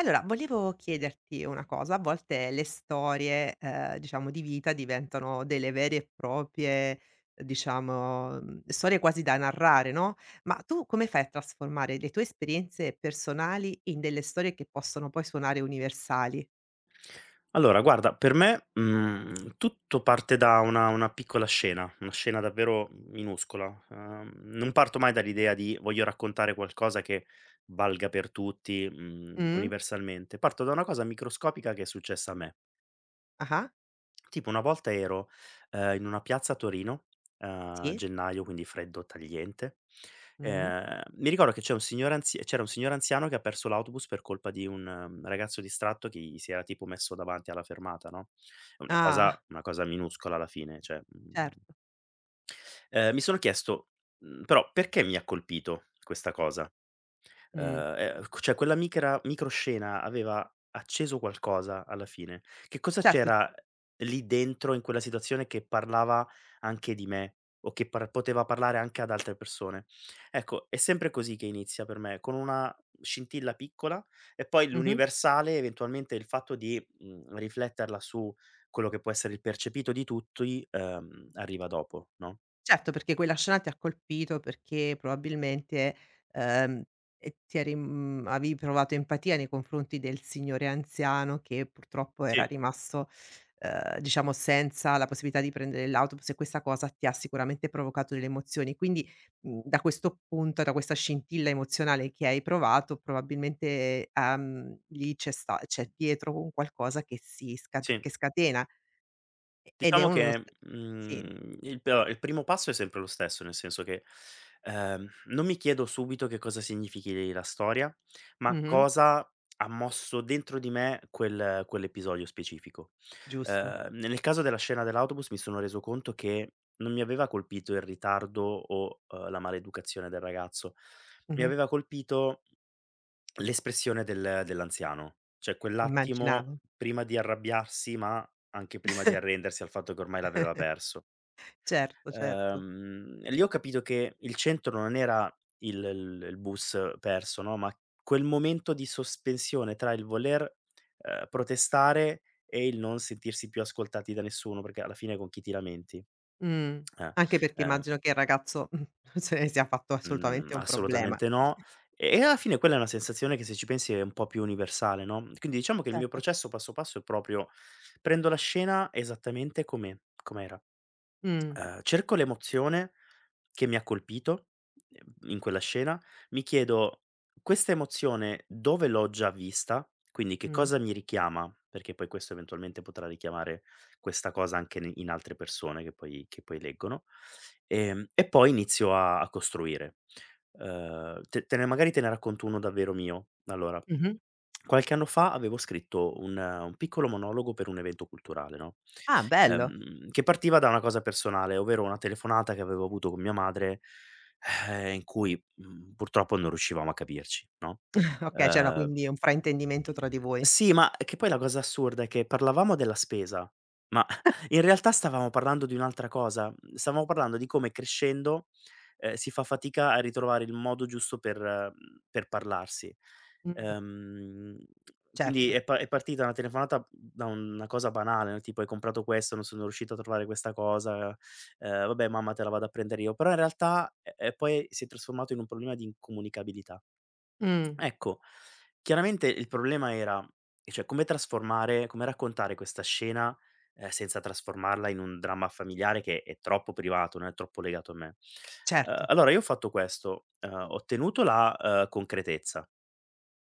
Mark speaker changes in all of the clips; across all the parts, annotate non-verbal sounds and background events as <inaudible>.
Speaker 1: Allora, volevo chiederti una cosa. A volte le storie, diciamo, di vita diventano delle vere e proprie, diciamo, storie quasi da narrare, no, ma tu come fai a trasformare le tue esperienze personali in delle storie che possono poi suonare universali?
Speaker 2: Allora guarda, per me, tutto parte da una piccola scena, una scena davvero minuscola. Non parto mai dall'idea di: "Voglio raccontare qualcosa che valga per tutti,
Speaker 1: Mh.
Speaker 2: universalmente." Parto da una cosa microscopica che è successa a me.
Speaker 1: Ah-ah.
Speaker 2: Tipo una volta ero, in una piazza a Torino,
Speaker 1: Sì.
Speaker 2: gennaio, quindi freddo tagliente,
Speaker 1: Mh-mh.
Speaker 2: mi ricordo che c'era un signore anziano che ha perso l'autobus per colpa di un ragazzo distratto che gli si era tipo messo davanti alla fermata, no, è una
Speaker 1: Ah,
Speaker 2: cosa una cosa minuscola alla fine, cioè,
Speaker 1: certo.
Speaker 2: mi sono chiesto, però perché mi ha colpito questa cosa?
Speaker 1: Mh.
Speaker 2: Ehm, c cioè quella micra microscena aveva acceso qualcosa alla fine. Che cosa
Speaker 1: Certo.
Speaker 2: c'era lì dentro in quella situazione che parlava anche di me o che par poteva parlare anche ad altre persone? Ecco, è sempre così che inizia per me, con una scintilla piccola e poi
Speaker 1: Mh-mh.
Speaker 2: l'universale, eventualmente il fatto di, rifletterla su quello che può essere il percepito di tutti, arriva dopo, no?
Speaker 1: Certo, perché quella scena ti ha colpito, perché probabilmente, ehm, e ti eri avevi provato empatia nei confronti del signore anziano che purtroppo era
Speaker 2: Sì,
Speaker 1: rimasto, diciamo, senza la possibilità di prendere l'autobus, e questa cosa ti ha sicuramente provocato delle emozioni. Quindi, mhmm, da questo punto, da questa scintilla emozionale che hai provato, probabilmente, lì c'è dietro un qualcosa che si sca
Speaker 2: sì.
Speaker 1: che scatena ed è
Speaker 2: Diciamo
Speaker 1: uno s
Speaker 2: che,
Speaker 1: sì.
Speaker 2: mhmm, il p allora, il primo passo è sempre lo stesso, nel senso che, non mi chiedo subito che cosa significhi la storia, ma
Speaker 1: Mh-mh.
Speaker 2: cosa ha mosso dentro di me quell'episodio specifico.
Speaker 1: Giusto.
Speaker 2: Nel caso della scena dell'autobus mi sono reso conto che non mi aveva colpito il ritardo o, la maleducazione del ragazzo, mi
Speaker 1: Mh-mh.
Speaker 2: aveva colpito l'espressione dell'anziano, cioè quell'attimo
Speaker 1: Immaginavo.
Speaker 2: prima di arrabbiarsi, ma anche prima di arrendersi al fatto che ormai l'aveva perso.
Speaker 1: Certo, certo.
Speaker 2: Lì ho capito che il centro non era il bus perso, no, ma quel momento di sospensione tra il voler, protestare e il non sentirsi più ascoltati da nessuno, perché alla fine con chi ti lamenti?
Speaker 1: Mh.
Speaker 2: Eh,
Speaker 1: Anche perché
Speaker 2: ehm
Speaker 1: immagino che il ragazzo, <laughs> se ne sia fatto
Speaker 2: Mhmm,
Speaker 1: assolutamente un problema.
Speaker 2: Assolutamente no. E alla fine quella è una sensazione che se ci pensi è un po' più universale, no, quindi diciamo che il mio
Speaker 1: Certo.
Speaker 2: processo passo passo è proprio: prendo la scena esattamente com'è com'era,
Speaker 1: Mh.
Speaker 2: cerco l'emozione che mi ha colpito, in quella scena, mi chiedo: questa emozione dove l'ho già vista? Quindi che
Speaker 1: Mh.
Speaker 2: cosa mi richiama? Perché poi questo eventualmente potrà richiamare questa cosa anche ne in altre persone che poi leggono. E poi inizio a costruire. Te te ne magari te ne racconto uno davvero mio. Allora,
Speaker 1: Mh-mh.
Speaker 2: qualche anno fa avevo scritto un piccolo monologo per un evento culturale, no,
Speaker 1: Ah, bello.
Speaker 2: che partiva da una cosa personale, ovvero una telefonata che avevo avuto con mia madre, in cui, purtroppo non riuscivamo a capirci, no,
Speaker 1: <laughs> Okay, c'era
Speaker 2: ehm
Speaker 1: quindi un fraintendimento tra di voi.
Speaker 2: sì, ma che poi la cosa assurda è che parlavamo della spesa, ma <laughs> in realtà stavamo parlando di un'altra cosa. Stavamo parlando di come crescendo, si fa fatica a ritrovare il modo giusto per parlarsi.
Speaker 1: Mh.
Speaker 2: Ehm,
Speaker 1: Certo.
Speaker 2: quindi è partita una telefonata da una cosa banale, no? Tipo: "Hai comprato questo, non sono riuscito a trovare questa cosa, vabbè mamma te la vado a prendere io." Però in realtà, poi si è trasformato in un problema di incomunicabilità.
Speaker 1: Mh.
Speaker 2: Ecco, chiaramente il problema era cioè come trasformare come raccontare questa scena, senza trasformarla in un dramma familiare che è troppo privato, non è troppo legato a me.
Speaker 1: Certo.
Speaker 2: Allora io ho fatto questo, ho tenuto la, concretezza.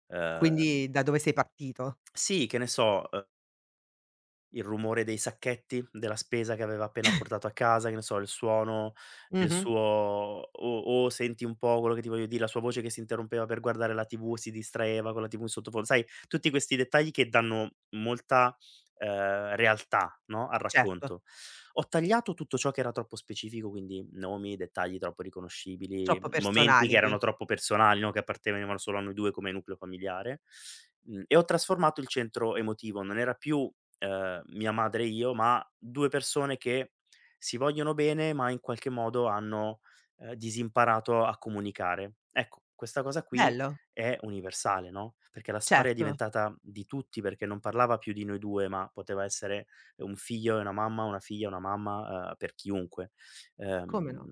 Speaker 2: Uhm,
Speaker 1: Quindi da dove sei partito.
Speaker 2: sì, che ne so, il rumore dei sacchetti, della spesa che aveva appena portato a casa, che ne so, il suono del
Speaker 1: Mh-mh.
Speaker 2: suo
Speaker 1: <laughs>
Speaker 2: o o senti un po' quello che ti voglio dire, la sua voce che si interrompeva per guardare la TV, si distraeva con la TV in sottofondo. Sai, tutti questi dettagli che danno molta, realtà, no, al
Speaker 1: Certo.
Speaker 2: racconto. Ho tagliato tutto ciò che era troppo specifico, quindi nomi, dettagli troppo riconoscibili,
Speaker 1: Troppo
Speaker 2: momenti che
Speaker 1: personali qui.
Speaker 2: erano troppo personali, no, che appartenevano solo a noi 2 come nucleo familiare, e ho trasformato il centro emotivo. Non era più mia madre e io, ma 2 persone che si vogliono bene, ma in qualche modo hanno, disimparato a comunicare. Ecco, questa cosa qui
Speaker 1: Bello.
Speaker 2: è universale, no, perché la storia è
Speaker 1: Certo.
Speaker 2: diventata di tutti, perché non parlava più di noi 2, ma poteva essere un figlio e una mamma, una figlia e una mamma, per chiunque.
Speaker 1: Come no.
Speaker 2: Ehm,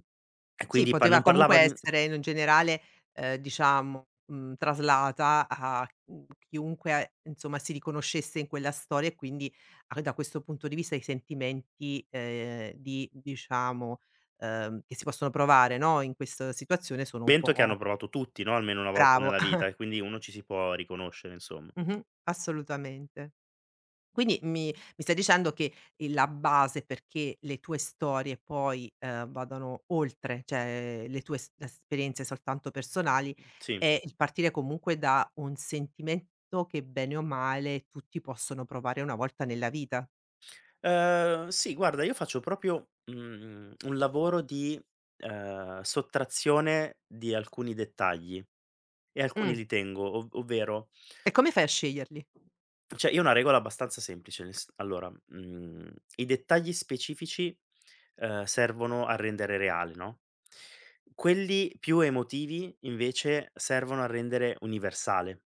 Speaker 2: e
Speaker 1: Sì,
Speaker 2: quindi pa
Speaker 1: poteva
Speaker 2: non
Speaker 1: comunque
Speaker 2: parlava di un
Speaker 1: essere in generale, diciamo, mhmm, traslata a, mhmm, chiunque, insomma, si riconoscesse in quella storia, e quindi a da questo punto di vista i sentimenti, di diciamo, che si possono provare, no, in questa situazione sono un
Speaker 2: strumento che hanno
Speaker 1: po'
Speaker 2: provato tutti, no, almeno una volta
Speaker 1: bravo.
Speaker 2: nella
Speaker 1: <laughs>
Speaker 2: vita e quindi uno ci si può riconoscere, insomma.
Speaker 1: Mh-mh, assolutamente. Quindi mi stai dicendo che, la base perché le tue storie poi, vadano oltre, cioè le tue es esperienze soltanto personali,
Speaker 2: Sì.
Speaker 1: è il partire comunque da un sentimento che bene o male tutti possono provare una volta nella vita.
Speaker 2: Sì, guarda, io faccio proprio, un lavoro di, sottrazione di alcuni dettagli e alcuni
Speaker 1: Mh.
Speaker 2: li tengo, ov ovvero
Speaker 1: E come fai a sceglierli?
Speaker 2: cioè io ho una regola abbastanza semplice, nel s allora, i dettagli specifici, servono a rendere reale, no, quelli più emotivi invece servono a rendere universale.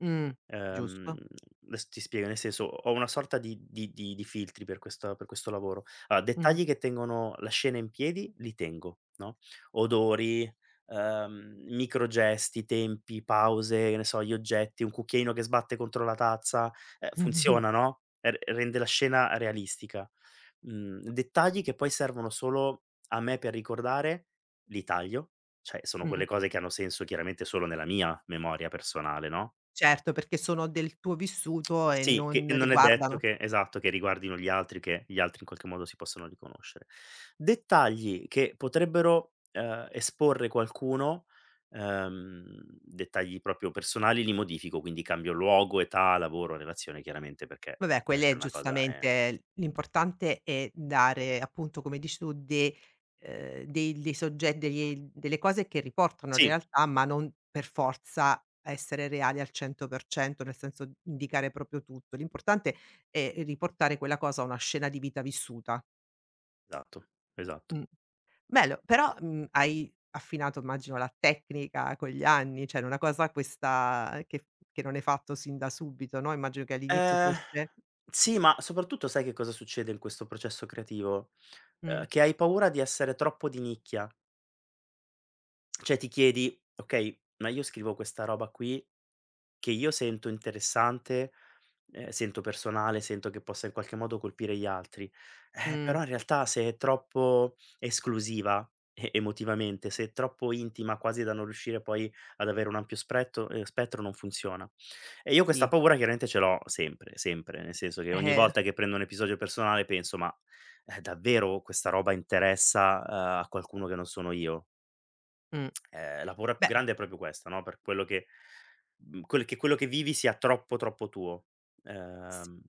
Speaker 1: Mh,
Speaker 2: Ehm,
Speaker 1: giusto.
Speaker 2: Adesso ti spiego, nel senso, ho una sorta di filtri per questa per questo lavoro. Allora,
Speaker 1: Mh.
Speaker 2: dettagli che tengono la scena in piedi li tengo, no, odori, microgesti, tempi, pause, che ne so, gli oggetti, un cucchiaino che sbatte contro la tazza,
Speaker 1: Mh-mh-mh.
Speaker 2: funziona, no, r rende la scena realistica. Dettagli che poi servono solo a me per ricordare, li taglio, cioè sono
Speaker 1: Mh.
Speaker 2: quelle
Speaker 1: <laughs>
Speaker 2: cose che hanno senso chiaramente solo nella mia memoria personale, no?
Speaker 1: Certo, perché sono del tuo vissuto e
Speaker 2: Sì, che
Speaker 1: non
Speaker 2: non è detto
Speaker 1: riguardano.
Speaker 2: che esatto, che riguardino gli altri, che gli altri in qualche modo si possono riconoscere. Dettagli che potrebbero, esporre qualcuno, dettagli proprio personali li modifico, quindi cambio luogo, età, lavoro, relazione chiaramente perché
Speaker 1: Vabbè,
Speaker 2: questa
Speaker 1: quelle
Speaker 2: è una cosa
Speaker 1: giustamente l'importante è dare appunto, come dici tu, de dei dei sogge degli delle cose che riportano
Speaker 2: sì,
Speaker 1: realtà, ma non per forza essere reali al 100%, nel senso indicare proprio tutto. L'importante è riportare quella cosa a una scena di vita vissuta.
Speaker 2: esatto, esatto.
Speaker 1: Mh. Bello, però, mhmm, hai affinato, immagino, la tecnica con gli anni, cioè, è una cosa questa che non hai fatto sin da subito, no, immagino che all'inizio
Speaker 2: Ehm,
Speaker 1: forse
Speaker 2: sì, ma soprattutto sai che cosa succede in questo processo creativo?
Speaker 1: mh,
Speaker 2: Che hai paura di essere troppo di nicchia. Cioè ti chiedi: "Okay, ma io scrivo questa roba qui." Che io sento interessante, sento personale, sento che possa in qualche modo colpire gli altri.
Speaker 1: mh,
Speaker 2: Però in realtà se è troppo esclusiva e emotivamente, se è troppo intima quasi da non riuscire poi ad avere un ampio spretto spettro, non funziona. E io questa
Speaker 1: sì.
Speaker 2: paura chiaramente ce l'ho sempre, sempre, nel senso che ogni
Speaker 1: Eh,
Speaker 2: volta che prendo un episodio personale penso: "Ma, davvero questa roba interessa, a qualcuno che non sono io?"
Speaker 1: mh.
Speaker 2: La paura più
Speaker 1: Beh,
Speaker 2: grande è proprio questa, no, per quello che mhmm, quel che quello che vivi sia troppo, troppo tuo.
Speaker 1: s
Speaker 2: Ehm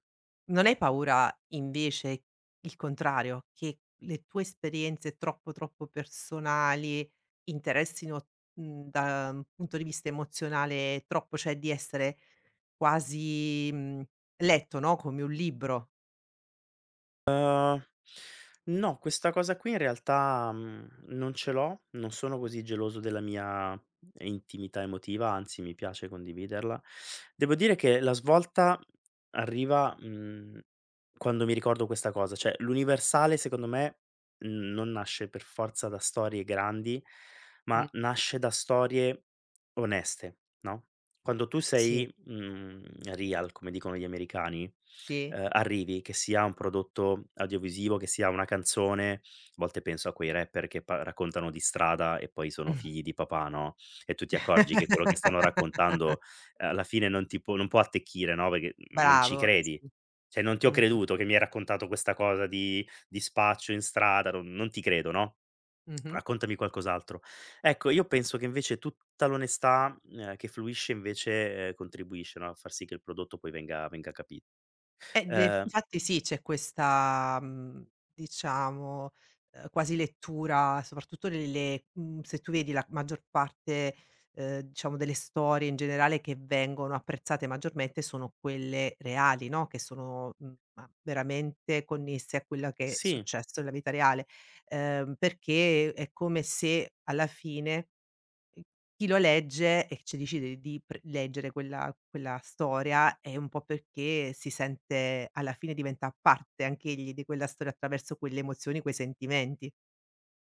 Speaker 1: non hai paura invece il contrario, che le tue esperienze troppo, troppo personali interessino, mhmm, da un punto di vista emozionale troppo, cioè di essere quasi, mhmm, letto, no, come un libro?
Speaker 2: No, questa cosa qui in realtà, non ce l'ho, non sono così geloso della mia intimità emotiva, anzi mi piace condividerla. Devo dire che la svolta arriva, quando mi ricordo questa cosa, cioè l'universale secondo me non nasce per forza da storie grandi, ma
Speaker 1: Mh,
Speaker 2: nasce da storie oneste, no, quando tu
Speaker 1: sì,
Speaker 2: sei, real come dicono gli americani
Speaker 1: sì.
Speaker 2: arrivi, che sia un prodotto audiovisivo, che sia una canzone, a volte penso a quei rapper che pa raccontano di strada e poi sono figli di papà, no, e tu ti accorgi che quello che stanno
Speaker 1: <laughs>
Speaker 2: raccontando, alla fine non può attecchire, no, perché non ci
Speaker 1: Bravo,
Speaker 2: credi.
Speaker 1: sì.
Speaker 2: Cioè, non ti ho
Speaker 1: Mh-mh,
Speaker 2: creduto che mi hai raccontato questa cosa di spaccio in strada, non ti credo, no,
Speaker 1: mh-mh.
Speaker 2: raccontami qualcos'altro. Ecco, io penso che invece tutta l'onestà, che fluisce invece, contribuisce, no, a far sì che il prodotto poi venga venga capi
Speaker 1: Def
Speaker 2: ehm
Speaker 1: infatti sì, c'è questa, mhmm, diciamo, quasi lettura, soprattutto nelle mhmm, se tu vedi la maggior parte, diciamo, delle storie in generale che vengono apprezzate maggiormente sono quelle reali, no, che sono, mhmm, ma veramente connesse a quella che è
Speaker 2: Sì,
Speaker 1: successo nella vita reale, perché è come se alla fine ehm, chi lo legge e c decide di pre leggere quella storia è un po' perché si sente, alla fine diventa parte anche egli di quella storia attraverso quelle emozioni, quei sentimenti.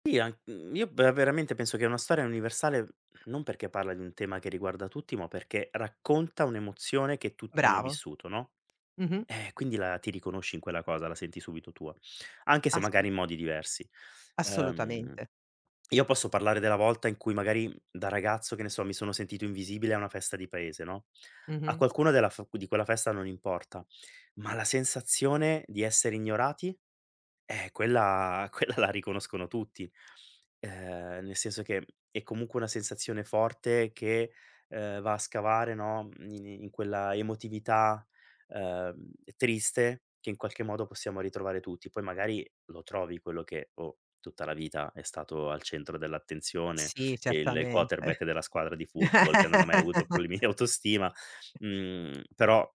Speaker 2: sì, io ve veramente penso che una storia universale non perché parla di un tema che riguarda tutti, ma perché racconta un'emozione che tutti hanno
Speaker 1: Bravo.
Speaker 2: vissuto, no,
Speaker 1: Mh-mh.
Speaker 2: quindi la ti riconosci in quella cosa, la senti subito tua, anche se
Speaker 1: Assolu
Speaker 2: magari in modi diversi. Ehm,
Speaker 1: assolutamente.
Speaker 2: io posso parlare della volta in cui magari da ragazzo, che ne so, mi sono sentito invisibile a una festa di paese, no, a
Speaker 1: Mh-mh.
Speaker 2: qualcuno della f di quella festa non importa, ma la sensazione di essere ignorati. Quella <laughs> quella la riconoscono tutti, nel senso che è comunque una sensazione forte che, va a scavare, no, in quella emotività, triste che in qualche modo possiamo ritrovare tutti. Poi magari lo trovi quello che, oh, tutta la vita è stato al centro dell'attenzione,
Speaker 1: Sì,
Speaker 2: il
Speaker 1: certamente.
Speaker 2: quarterback della squadra di football che non ha mai avuto
Speaker 1: <laughs>
Speaker 2: problemi di autostima, però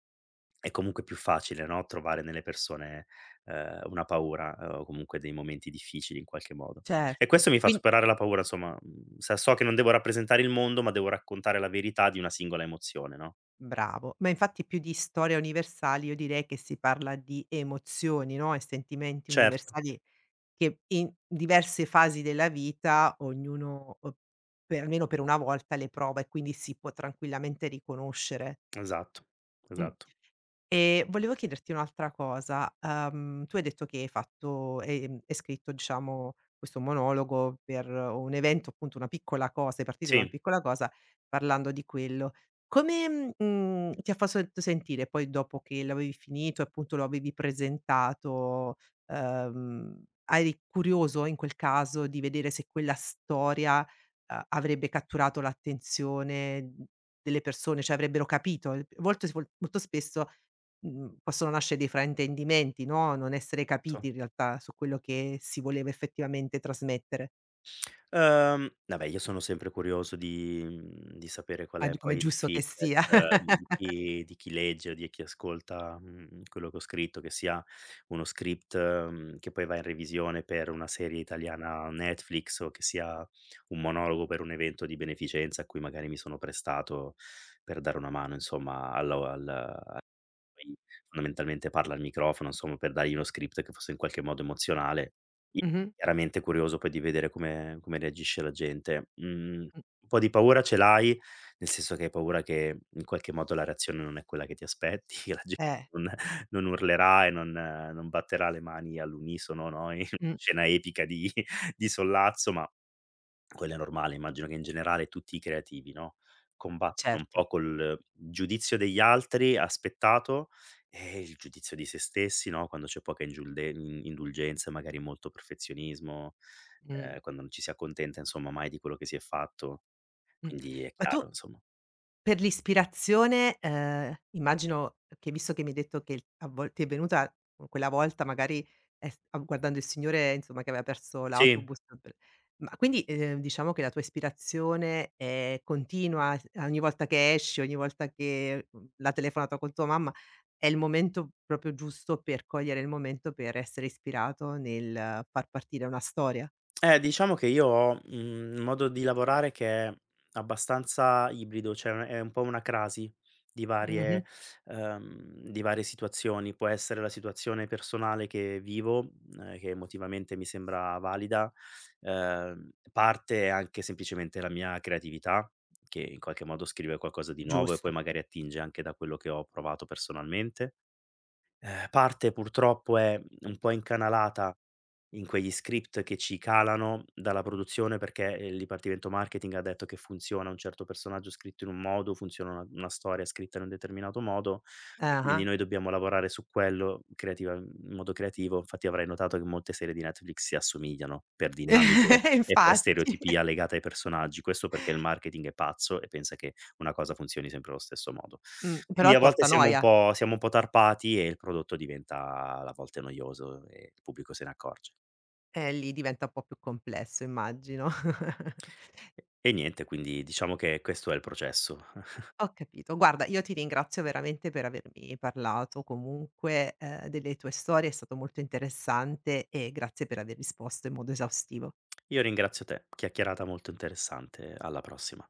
Speaker 2: è comunque più facile, no, trovare nelle persone, una paura, o comunque dei momenti difficili in qualche modo. E
Speaker 1: Certo.
Speaker 2: questo mi fa
Speaker 1: Quin
Speaker 2: superare la paura, insomma, mhmm, sa so che non devo rappresentare il mondo, ma devo raccontare la verità di una singola emozione, no?
Speaker 1: bravo. Ma infatti più di storia universali io direi che si parla di emozioni, no, e sentimenti
Speaker 2: Certo,
Speaker 1: universali che in diverse fasi della vita ognuno, per almeno per una volta le prova e quindi si può tranquillamente riconoscere.
Speaker 2: esatto,
Speaker 1: Mh.
Speaker 2: esatto.
Speaker 1: E volevo chiederti un'altra cosa, tu hai detto che hai fatto hai scritto, diciamo, questo monologo per un evento, appunto una piccola cosa, sei partito da una
Speaker 2: Sì,
Speaker 1: piccola cosa parlando di quello. Come, mhmm, ti ha fa sento sentire poi dopo che l'avevi finito e appunto lo avevi presentato? Uhm, eri curioso in quel caso di vedere se quella storia, avrebbe catturato l'attenzione, mhmm, delle persone, cioè avrebbero capito? Molto spesso mhmm, possono nascere dei fraintendimenti, no, non essere
Speaker 2: so
Speaker 1: capiti in realtà su quello che si voleva effettivamente trasmettere,
Speaker 2: Vabbè, io sono sempre curioso di di sapere qual
Speaker 1: a
Speaker 2: è
Speaker 1: d com'è
Speaker 2: poi il
Speaker 1: giusto che sia.
Speaker 2: feedback
Speaker 1: <laughs>
Speaker 2: di chi legge o di chi ascolta, quello che ho scritto, che sia uno script, che poi va in revisione per una serie italiana Netflix o che sia un monologo per un evento di beneficenza a cui magari mi sono prestato per dare una mano insomma alla al poi fondamentalmente parla al microfono, insomma, per dargli uno script che fosse in qualche modo emozionale. Io
Speaker 1: Mh-mh.
Speaker 2: chiaramente curioso poi di vedere come come reagisce la gente. Mhmm,
Speaker 1: Mh.
Speaker 2: un po' di paura ce l'hai, nel senso che hai paura che in qualche modo la reazione non è quella che ti aspetti, <laughs> che la gente
Speaker 1: Eh,
Speaker 2: non non urlerà e non non batterà le mani all'unisono, no, <laughs> in una
Speaker 1: mh.
Speaker 2: scena epica di sollazzo, ma quello è normale, immagino che in generale tutti i creativi, no, combattono un
Speaker 1: Certo.
Speaker 2: po' col giudizio degli altri aspettato e il giudizio di se stessi, no, quando c'è poca ingiulde in indulgenza, magari molto perfezionismo,
Speaker 1: Mh.
Speaker 2: quando non ci si accontenta insomma mai di quello che si è fatto,
Speaker 1: Mh.
Speaker 2: quindi è
Speaker 1: Ma tu
Speaker 2: chiaro insomma.
Speaker 1: per l'ispirazione, immagino che, visto che mi hai detto che a vol ti è venuta quella volta magari, s guardando il signore, insomma, che aveva perso
Speaker 2: Sì.
Speaker 1: l'autobus per, ma quindi, diciamo che la tua ispirazione è continua, s ogni volta che esci, ogni volta che, mhmm, la telefonata con tua mamma, è il momento proprio giusto per cogliere il momento per essere ispirato nel far partire una storia.
Speaker 2: Diciamo che io ho, un modo di lavorare che è abbastanza ibrido, cioè è un po' una crasi di
Speaker 1: Mh-mh.
Speaker 2: varie di varie situazioni. Può essere la situazione personale che vivo, che emotivamente mi sembra valida, parte è anche semplicemente la mia creatività, che in qualche modo scrive qualcosa di nuovo e
Speaker 1: Giusto.
Speaker 2: poi magari attinge anche da quello che ho provato personalmente. Parte purtroppo è un po' incanalata in quegli script che ci calano dalla produzione perché, il dipartimento marketing ha detto che funziona un certo personaggio scritto in un modo, funziona una storia scritta in un determinato modo e quindi
Speaker 1: Ah-ah.
Speaker 2: noi dobbiamo lavorare su quello creativa in modo creativo. Infatti avrai notato che molte serie di Netflix si assomigliano per dinamiche
Speaker 1: <laughs>
Speaker 2: e per
Speaker 1: Infatti.
Speaker 2: stereotipia legate ai personaggi. Questo perché il marketing è pazzo e pensa che una cosa funzioni sempre allo stesso modo. Quindi
Speaker 1: Però
Speaker 2: a volte
Speaker 1: porta noia.
Speaker 2: siamo un po' tarpati e il prodotto diventa a volte noioso e il pubblico se ne accorge.
Speaker 1: Lì diventa un po' più complesso, immagino. <laughs>
Speaker 2: E niente, quindi diciamo che questo è il processo.
Speaker 1: Ho capito. Guarda, io ti ringrazio veramente per avermi parlato comunque, delle tue storie, è stato molto interessante, e grazie per aver risposto in modo esaustivo.
Speaker 2: Io ringrazio te, chiacchierata molto interessante, alla prossima.